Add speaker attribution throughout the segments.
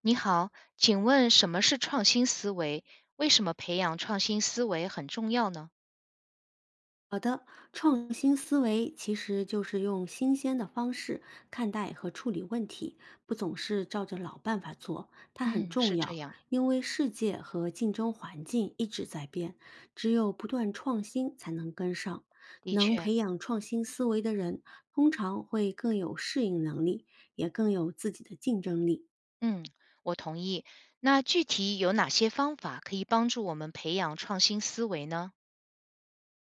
Speaker 1: 你好，请问什么是创新思维？为什么培养创新思维很重要呢？
Speaker 2: 好的，创新思维其实就是用新鲜的方式看待和处理问题，不总是照着老办法做。它很
Speaker 1: 嗯，
Speaker 2: 重
Speaker 1: 是这
Speaker 2: 要，
Speaker 1: 样，
Speaker 2: 因为世界和竞争环境一直在变，只有不断创新才能跟上。
Speaker 1: 的
Speaker 2: 能
Speaker 1: 确，
Speaker 2: 培养创新思维的人，通常会更有适应能力，也更有自己的竞争力。
Speaker 1: 嗯，我同意。那具体有哪些方法可以帮助我们培养创新思维呢？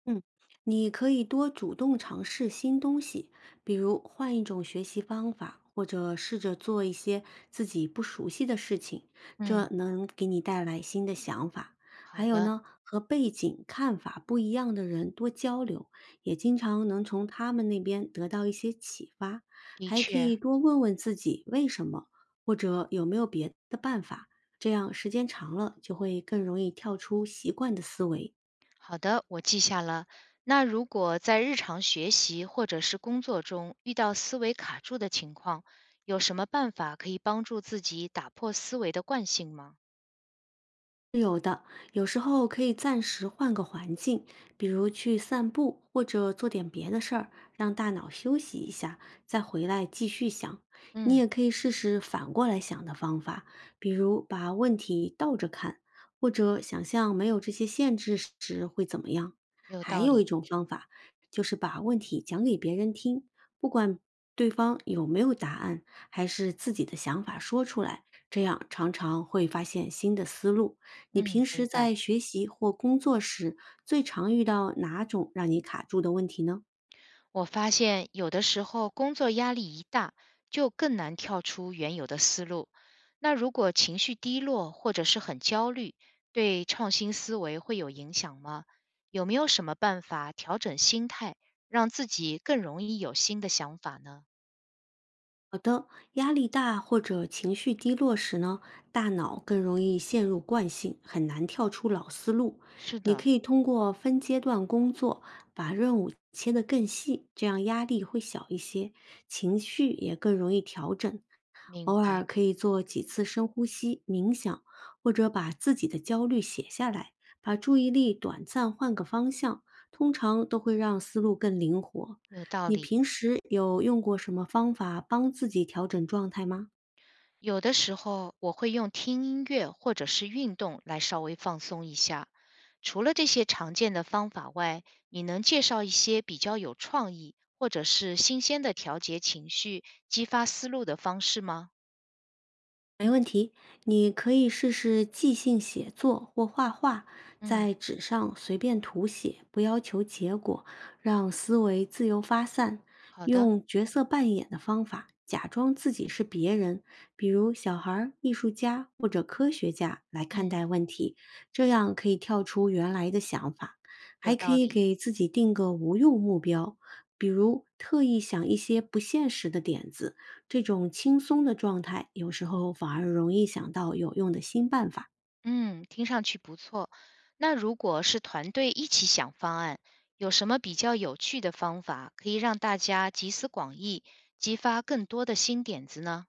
Speaker 2: 嗯，你可以多主动尝试新东西，比如换一种学习方法，或者试着做一些自己不熟悉的事情，这
Speaker 1: 嗯，
Speaker 2: 能给你带来新的想法。还
Speaker 1: 好
Speaker 2: 有
Speaker 1: 的，
Speaker 2: 呢，和背景、看法不一样的人多交流，也经常能从他们那边得到一些启发。
Speaker 1: 的
Speaker 2: 还可
Speaker 1: 确，
Speaker 2: 以多问问自己为什么，或者有没有别的办法，这样时间长了就会更容易跳出习惯的思维。
Speaker 1: 好的，我记下了。那如果在日常学习或者是工作中遇到思维卡住的情况，有什么办法可以帮助自己打破思维的惯性吗？
Speaker 2: 是有的，有时候可以暂时换个环境，比如去散步或者做点别的事儿，让大脑休息一下，再回来继续想。你
Speaker 1: 嗯，
Speaker 2: 也可以试试反过来想的方法，比如把问题倒着看，或者想象没有这些限制时会怎么样。
Speaker 1: 有
Speaker 2: 还
Speaker 1: 道
Speaker 2: 有一
Speaker 1: 理。
Speaker 2: 种方法，就是把问题讲给别人听，不管对方有没有答案，还是自己的想法说出来，这样常常会发现新的思路。你
Speaker 1: 嗯，
Speaker 2: 平时
Speaker 1: 明白。
Speaker 2: 在学习或工作时，最常遇到哪种让你卡住的问题呢？
Speaker 1: 我发现有的时候工作压力一大，就更难跳出原有的思路。那如果情绪低落或者是很焦虑，对创新思维会有影响吗？有没有什么办法调整心态，让自己更容易有新的想法呢？
Speaker 2: 压力大或者情绪低落时呢，大脑更容易陷入惯性，很难跳出老思路。
Speaker 1: 是
Speaker 2: 你可
Speaker 1: 的，
Speaker 2: 以通过分阶段工作，把任务切得更细，这样压力会小一些，情绪也更容易调整。
Speaker 1: 明
Speaker 2: 偶
Speaker 1: 白，
Speaker 2: 尔可以做几次深呼吸、冥想，或者把自己的焦虑写下来，把注意力短暂换个方向，通常都会让思路更灵活。
Speaker 1: 有道
Speaker 2: 你
Speaker 1: 理。
Speaker 2: 平时有用过什么方法帮自己调整状态吗？
Speaker 1: 有的时候我会用听音乐或者是运动来稍微放松一下。除了这些常见的方法外，你能介绍一些比较有创意或者是新鲜的调节情绪、激发思路的方式吗？
Speaker 2: 没问题，你可以试试即兴写作或画画，
Speaker 1: 嗯，
Speaker 2: 在纸上随便涂写，不要求结果，让思维自由发散。
Speaker 1: 好的，
Speaker 2: 用角色扮演的方法，假装自己是别人，比如小孩儿艺术家或者科学家来看
Speaker 1: 嗯，
Speaker 2: 待问题，这样可以跳出原来的想法。
Speaker 1: 有
Speaker 2: 还可
Speaker 1: 道
Speaker 2: 以
Speaker 1: 理，
Speaker 2: 给自己定个无用目标，比如特意想一些不现实的点子，这种轻松的状态，有时候反而容易想到有用的新办法。
Speaker 1: 嗯，听上去不错。那如果是团队一起想方案，有什么比较有趣的方法可以让大家集思广益，激发更多的新点子呢？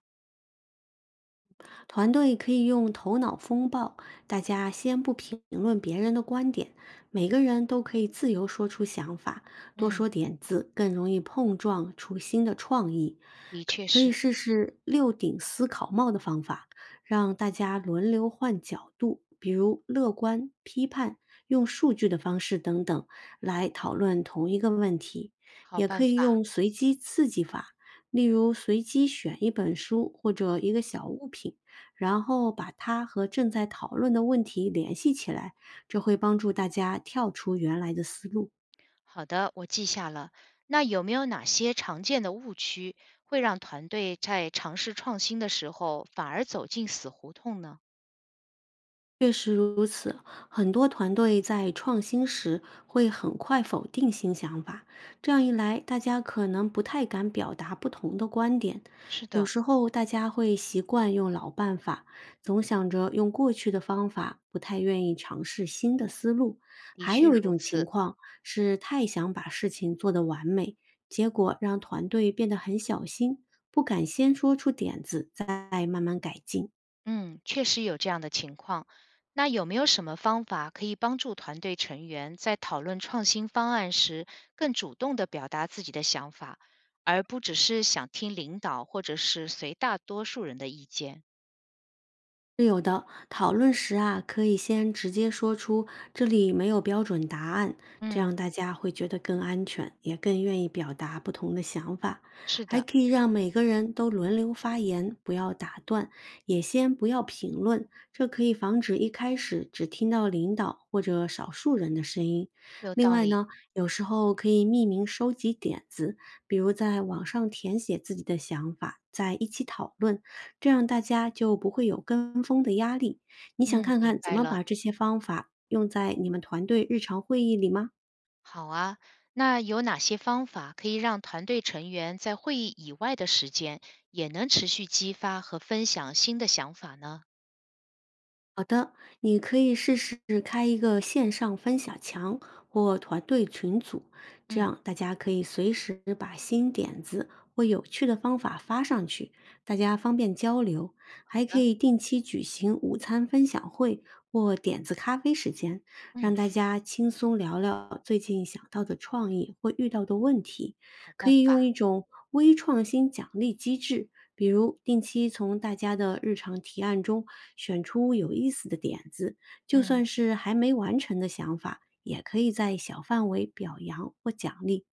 Speaker 2: 团队可以用头脑风暴，大家先不评论别人的观点，每个人都可以自由说出想法，多
Speaker 1: 嗯，
Speaker 2: 说点子更容易碰撞出新的创意。
Speaker 1: 的
Speaker 2: 可
Speaker 1: 确
Speaker 2: 可以
Speaker 1: 是。
Speaker 2: 试试六顶思考帽的方法，让大家轮流换角度，比如乐观、批判、用数据的方式等等来讨论同一个问题。
Speaker 1: 好
Speaker 2: 也可
Speaker 1: 办
Speaker 2: 以用
Speaker 1: 法，
Speaker 2: 随机刺激法，例如随机选一本书或者一个小物品。然后把它和正在讨论的问题联系起来，这会帮助大家跳出原来的思路。
Speaker 1: 好的，我记下了。那有没有哪些常见的误区会让团队在尝试创新的时候反而走进死胡同呢？
Speaker 2: 确实如此，很多团队在创新时会很快否定新想法，这样一来，大家可能不太敢表达不同的观点。
Speaker 1: 是
Speaker 2: 有
Speaker 1: 的，
Speaker 2: 时候大家会习惯用老办法，总想着用过去的方法，不太愿意尝试新的思路。
Speaker 1: 的
Speaker 2: 还
Speaker 1: 确
Speaker 2: 有一
Speaker 1: 如
Speaker 2: 种情
Speaker 1: 此，
Speaker 2: 况是太想把事情做得完美，结果让团队变得很小心，不敢先说出点子，再慢慢改进。
Speaker 1: 嗯，确实有这样的情况。那有没有什么方法可以帮助团队成员在讨论创新方案时更主动地表达自己的想法，而不只是想听领导或者是随大多数人的意见？
Speaker 2: 是有的，讨论时啊，可以先直接说出这里没有标准答案，这
Speaker 1: 嗯，
Speaker 2: 样大家会觉得更安全，也更愿意表达不同的想法。
Speaker 1: 是
Speaker 2: 还
Speaker 1: 的，
Speaker 2: 可以让每个人都轮流发言，不要打断，也先不要评论，这可以防止一开始只听到领导或者少数人的声音。
Speaker 1: 有
Speaker 2: 另
Speaker 1: 道
Speaker 2: 外
Speaker 1: 理。
Speaker 2: 呢，有时候可以匿名收集点子，比如在网上填写自己的想法，再一起讨论。这样大家就不会有跟风的压力。你想
Speaker 1: 嗯，
Speaker 2: 看
Speaker 1: 明
Speaker 2: 看怎
Speaker 1: 白
Speaker 2: 么
Speaker 1: 了。
Speaker 2: 把这些方法用在你们团队日常会议里吗？
Speaker 1: 好啊，那有哪些方法可以让团队成员在会议以外的时间也能持续激发和分享新的想法呢？
Speaker 2: 好的，你可以试试开一个线上分享墙或团队群组，这
Speaker 1: 嗯，
Speaker 2: 样大家可以随时把新点子或有趣的方法发上去，大家方便交流。
Speaker 1: 好
Speaker 2: 还可
Speaker 1: 的，
Speaker 2: 以定期举行午餐分享会或点子咖啡时间，让
Speaker 1: 嗯，
Speaker 2: 大家轻松聊聊最近想到的创意或遇到的问题。
Speaker 1: 好
Speaker 2: 可
Speaker 1: 办
Speaker 2: 以用一
Speaker 1: 法，
Speaker 2: 种微创新奖励机制，比如定期从大家的日常提案中选出有意思的点子，就
Speaker 1: 嗯，
Speaker 2: 算是还没完成的想法，也可以在小范围表扬或奖励。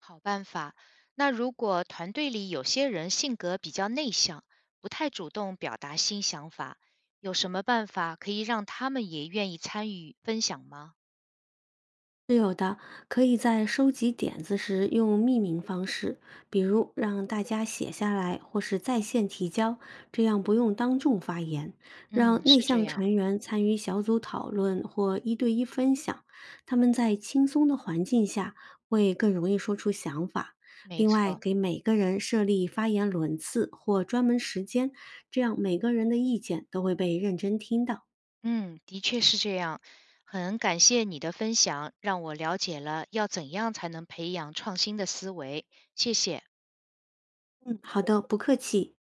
Speaker 1: 好办法。那如果团队里有些人性格比较内向，不太主动表达新想法，有什么办法可以让他们也愿意参与分享吗？
Speaker 2: 是有的，可以在收集点子时用匿名方式，比如让大家写下来或是在线提交，这样不用当众发言，让
Speaker 1: 嗯，
Speaker 2: 内
Speaker 1: 是这
Speaker 2: 向
Speaker 1: 样，
Speaker 2: 成员参与小组讨论或一对一分享，他们在轻松的环境下会更容易说出想法。
Speaker 1: 没
Speaker 2: 另外，
Speaker 1: 错。
Speaker 2: 给每个人设立发言轮次或专门时间，这样每个人的意见都会被认真听到。
Speaker 1: 嗯，的确是这样。很感谢你的分享，让我了解了要怎样才能培养创新的思维。谢谢。
Speaker 2: 嗯，好的，不客气。